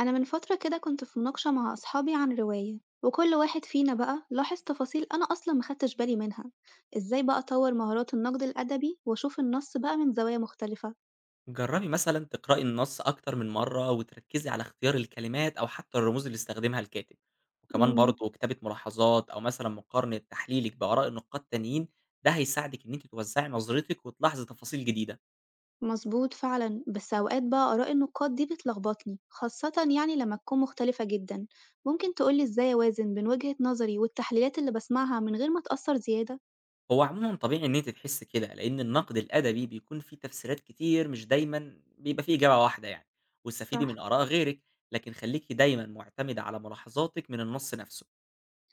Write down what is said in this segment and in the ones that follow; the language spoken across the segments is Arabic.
أنا من فترة كده كنت في مناقشة مع أصحابي عن رواية وكل واحد فينا بقى لاحظ تفاصيل أنا أصلا مخدتش بالي منها. إزاي بقى أطور مهارات النقد الأدبي وأشوف النص بقى من زوايا مختلفة؟ جربي مثلا تقرأي النص أكتر من مرة وتركزي على اختيار الكلمات أو حتى الرموز اللي استخدمها الكاتب. وكمان امم. برضه كتابة ملاحظات أو مثلا مقارنة تحليلك بآراء النقاد التانيين، ده هيساعدك إن أنت توسعي نظرتك وتلاحظي تفاصيل جديدة. مظبوط فعلا، بس أوقات بقى آراء النقاد دي بتلخبطني، خاصة يعني لما تكون مختلفة جدا. ممكن تقولي إزاي أوازن بين وجهة نظري والتحليلات اللي بسمعها من غير ما أتأثر زيادة؟ هو عموما طبيعي إن أنت تحس كده لأن النقد الأدبي بيكون فيه تفسيرات كتير، مش دايما بيبقى فيه إجابة واحدة يعني. واستفيدي من صح. آراء غيرك، لكن خليكي دايما معتمدة على ملاحظاتك من النص نفسه.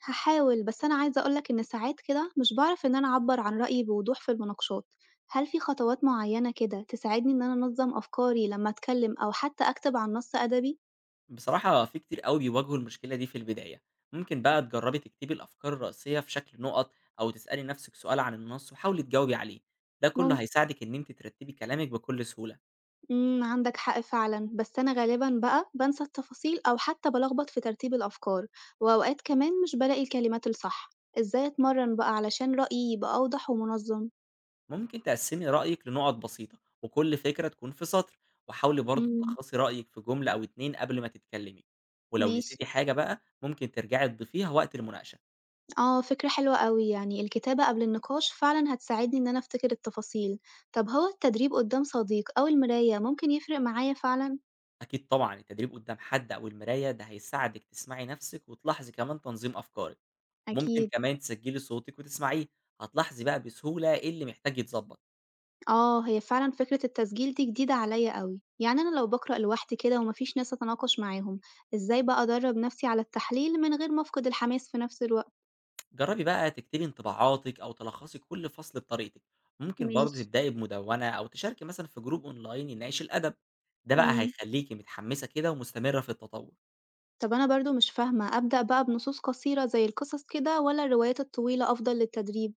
هاحاول، بس أنا عايزة أقول لك إن ساعات كده مش باعرف إن أنا أعبّر عن رأيي بوضوح في المناقشات، هل في خطوات معيّنة كده تساعدني إن أنا أنظّم أفكاري لمّا أتكلم أو حتى أكتب عن نص أدبي؟ بصراحة في كتير أوي بيواجهوا المشكلة دي في البداية، ممكن بقى تجربي تكتبي الأفكار الرئيسية في شكل نقط، أو تسألي نفسك سؤال عن النص وحاولي تجاوبي عليه، ده كله ممك هيساعدك إن أنت ترتبي كلامك بكل سهولة. إمم، عندك حق فعلًا، بس أنا غالبًا بقى بانسى التفاصيل أو حتى بالخبط في ترتيب الأفكار، وأوقات كمان مش بالاقي الكلمات الصح، إزاي أتمرن بقى علشان رأيي يبقى أوضح ومنظم؟ ممكن تقسمي رأيك لنقط بسيطة وكل فكرة تكون في سطر، وحاولي برضه إمم. تلخصي رأيك في جملة أو 2 قبل ما تتكلمي، ولو ماشي. نسيتي حاجة بقى ممكن ترجعي تضيفيها وقت المناقشة. آه، فكرة حلوة أوي، يعني الكتابة قبل النقاش فعلًا هتساعدني إن أنا أفتكر التفاصيل، طب هو التدريب قدام صديق أو المراية ممكن يفرق معايا فعلًا؟ أكيد طبعا التدريب قدام حد أو المراية ده هيساعدك تسمعي نفسك وتلاحظي كمان تنظيم أفكارك. ممكن أكيد. كمان تسجّلي صوتِك وتسمعيه، هتلاحظي بقى بسهولة إيه اللي محتاج يتضبّط. آه، هي فعلًا فكرة التسجيل دي جديدة عليا أوي، يعني أنا لو بقرأ لوحدي كده ومفيش ناس أتناقش معاهم، إزاي بقى أدرب نفسي على التحليل من غير ما أفقد الحماس في نفس الوقت؟ جرّبي بقى تكتبي انطباعاتِك أو تلخّصي كل فصل بطريقتِك، ممكن ماشي. برضه تبدئي بمدوّنة أو تشاركي مثلًا في جروب أونلاين يناقش الأدب، ده بقى إمم. هيخلّيكِ متحمّسة كده ومستمرة في التطوّر. طب أنا برضه مش فاهمة، أبدأ بقى بنصوص قصيرة زي القصص كده والّا الروايات الطويلة أفضل للتدريب؟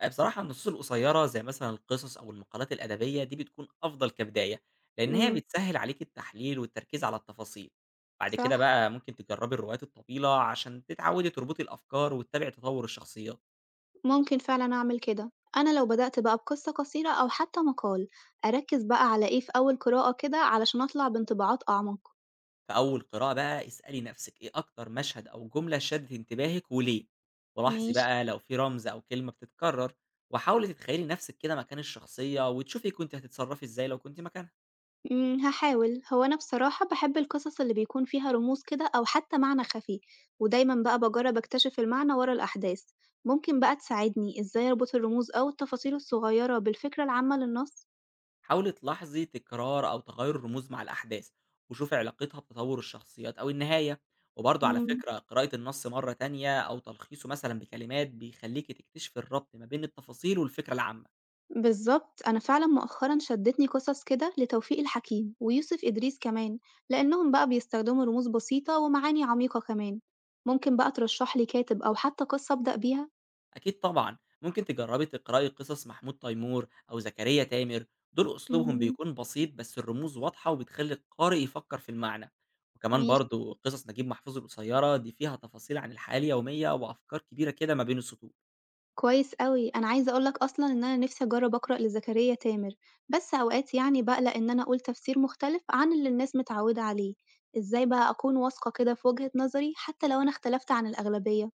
بصراحة النصوص القصيّرة زي مثلًا القصص أو المقالات الأدبية دي بتكون أفضل كبداية، لإن هي إمم. بتسهّل عليكِ التحليل والتركيز على التفاصيل. بعد كده صح. بقى ممكن تجرّبي الروايات الطويلة عشان تتعوّدي تربطي الأفكار وتتابعي تطوّر الشخصيات. ممكن فعلًا أعمل كده، أنا لو بدأت بقى بقصة قصيرة أو حتى مقال، أركّز بقى على إيه في أول قراءة كده علشان أطلع بانطباعات أعمق. في أول قراءة بقى اسألي نفسِك إيه أكتر مشهد أو جملة شدت انتباهِك وليه، ولاحظي ماشي. بقى لو في رمز أو كلمة بتتكرر، وحاولي تتخيلي نفسِك كده مكان الشخصية وتشوفي كنتِ هتتصرفي إزاي لو كنتِ مكانها. إمم، هاحاول. هو أنا بصراحة باحب القصص اللي بيكون فيها رموز كده أو حتى معنى خفي، ودايمًا بقى باجرّب أكتشف المعنى ورا الأحداث. ممكن بقى تساعدني إزاي أربط الرموز أو التفاصيل الصغيرة بالفكرة العامة للنص؟ حاولي تلاحظي تكرار أو تغير الرموز مع الأحداث، وشوفي علاقتها بتطور الشخصيات أو النهاية. وبرضه على إمم. فكرة قراءة النص مرة تانية أو تلخيصه مثلًا بكلمات بيخليكِ تكتشفي الربط ما بين التفاصيل والفكرة العامة. بالظبط، أنا فعلا مؤخرا شدتني قصص كده لتوفيق الحكيم ويوسف إدريس كمان، لأنهم بقى بيستخدموا رموز بسيطة ومعاني عميقة كمان. ممكن بقى ترشح لي كاتب أو حتى قصة أبدأ بيها؟ أكيد طبعًا، ممكن تجربي تقرأي قصص محمود تيمور أو زكريا تامر، دول أسلوبهم مم. بيكون بسيط بس الرموز واضحة وبتخلّي القارئ يفكّر في المعنى، وكمان ماشي. برضه قصص نجيب محفوظ القصيّرة دي فيها تفاصيل عن الحياة اليومية وأفكار كبيرة كده ما بين السطور. كويس أوي، أنا عايزة أقولك أصلا إن أنا نفسي أجرب أقرأ لزكريا تامر، بس أوقات يعني بقلق إن أنا أقول تفسير مختلف عن اللي الناس متعودة عليه. إزاي بقى أكون واثقة كده في وجهة نظري حتى لو أنا اختلفت عن الأغلبية؟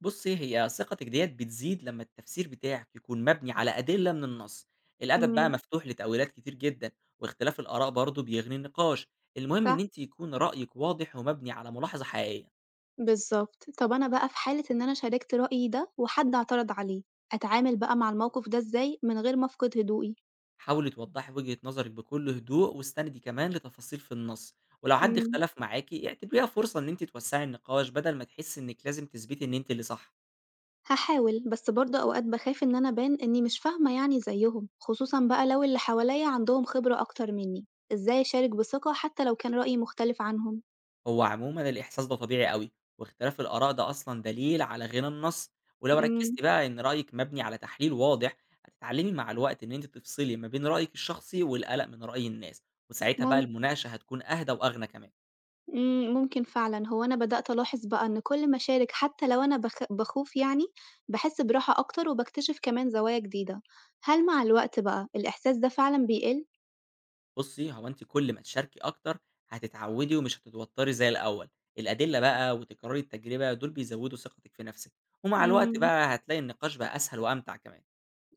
بُصّي، هي ثقتِك ديّة بتزيد لمّا التفسير بتاعِك يكون مبني على أدلة من النص، الأدب بقى مم. مفتوح لتأويلات كتير جدًا، واختلاف الآراء برضه بيغني النقاش، المهم إن فعلا. أنتِ يكون رأيِك واضح ومبني على ملاحظة حقيقية. بالضبط. طب أنا بقى في حالة إن أنا شاركت رأيي ده وحد اعترض عليه، أتعامل بقى مع الموقف ده إزاي من غير ما أفقد هدوئي؟ حاولي توضحي وجهة نظرِك بكل هدوء، واستندي كمان لتفاصيل في النص، ولو حد إمم، اختلف معاكِ اعتبريها فرصة إن أنتِ توسّعي النقاش بدل ما تحسّي إنِّك لازم تثبتي إن أنتِ اللي صح. هاحاول، بس برضه أوقات باخاف إن أنا أبان إني مش فاهمة يعني زيّهم، خصوصًا بقى لو اللي حواليّا عندهم خبرة أكتر منّي، إزاي أشارك بثقة حتى لو كان رأيي مختلف عنهم؟ هو عمومًا الإحساس ده طبيعي أوي، واختلاف الآراء ده أصلًا دليل على غنى النص، ولو إمم. ركّزتِ بقى إن رأيِك مبني على تحليل واضح، هتتعلّمي مع الوقت إن أنتِ تفصلي ما بين رأيِك الشخصي والقلق من رأي الناس، وساعتها بقى ممكن. المناقشة هتكون أهدى وأغنى كمان. إمم، ممكن فعلًا، هو أنا بدأت ألاحظ بقى إن كل ما أشارك حتى لو أنا باخوف يعني، باحس براحة أكتر وباكتشف كمان زوايا جديدة. هل مع الوقت بقى الإحساس ده فعلًا بيقل؟ بُصّي، هو أنتِ كل ما تشاركي أكتر هتتعودي ومش هتتوتري زي الأول، الأدلة بقى وتكرار التجربة دول بيزودوا ثقتِك في نفسِك، ومع الوقت إمم. بقى هتلاقي النقاش بقى أسهل وأمتع كمان.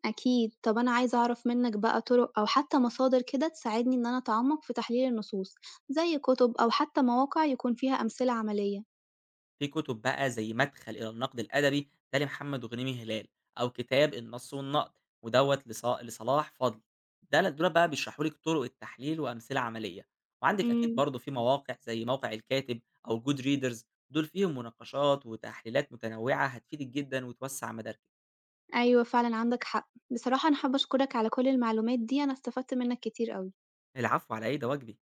أكيد. طب أنا عايزة أعرف منك بقى طرق أو حتى مصادر كده تساعدني إن أنا أتعمق في تحليل النصوص، زي كتب أو حتى مواقع يكون فيها أمثلة عملية. في كتب بقى زي مدخل إلى النقد الأدبي ده لمحمد غنيمي هلال، أو كتاب النص والنقد ودوّة لص لصلاح فضل، ده دول بقى بيشرحوا لِك طرق التحليل وأمثلة عملية، وعندِك أكيد إمم. برضه في مواقع زي موقع الكاتب أو good readers، دول فيهم مناقشات وتحليلات متنوعة هتفيدِك جدًا وتوسّع مداركِك. أيوه فعلًا عندك حق. بصراحة أنا حابة أشكرك على كل المعلومات دي، أنا استفدت منك كتير أوي. العفو على إيه، ده واجبي.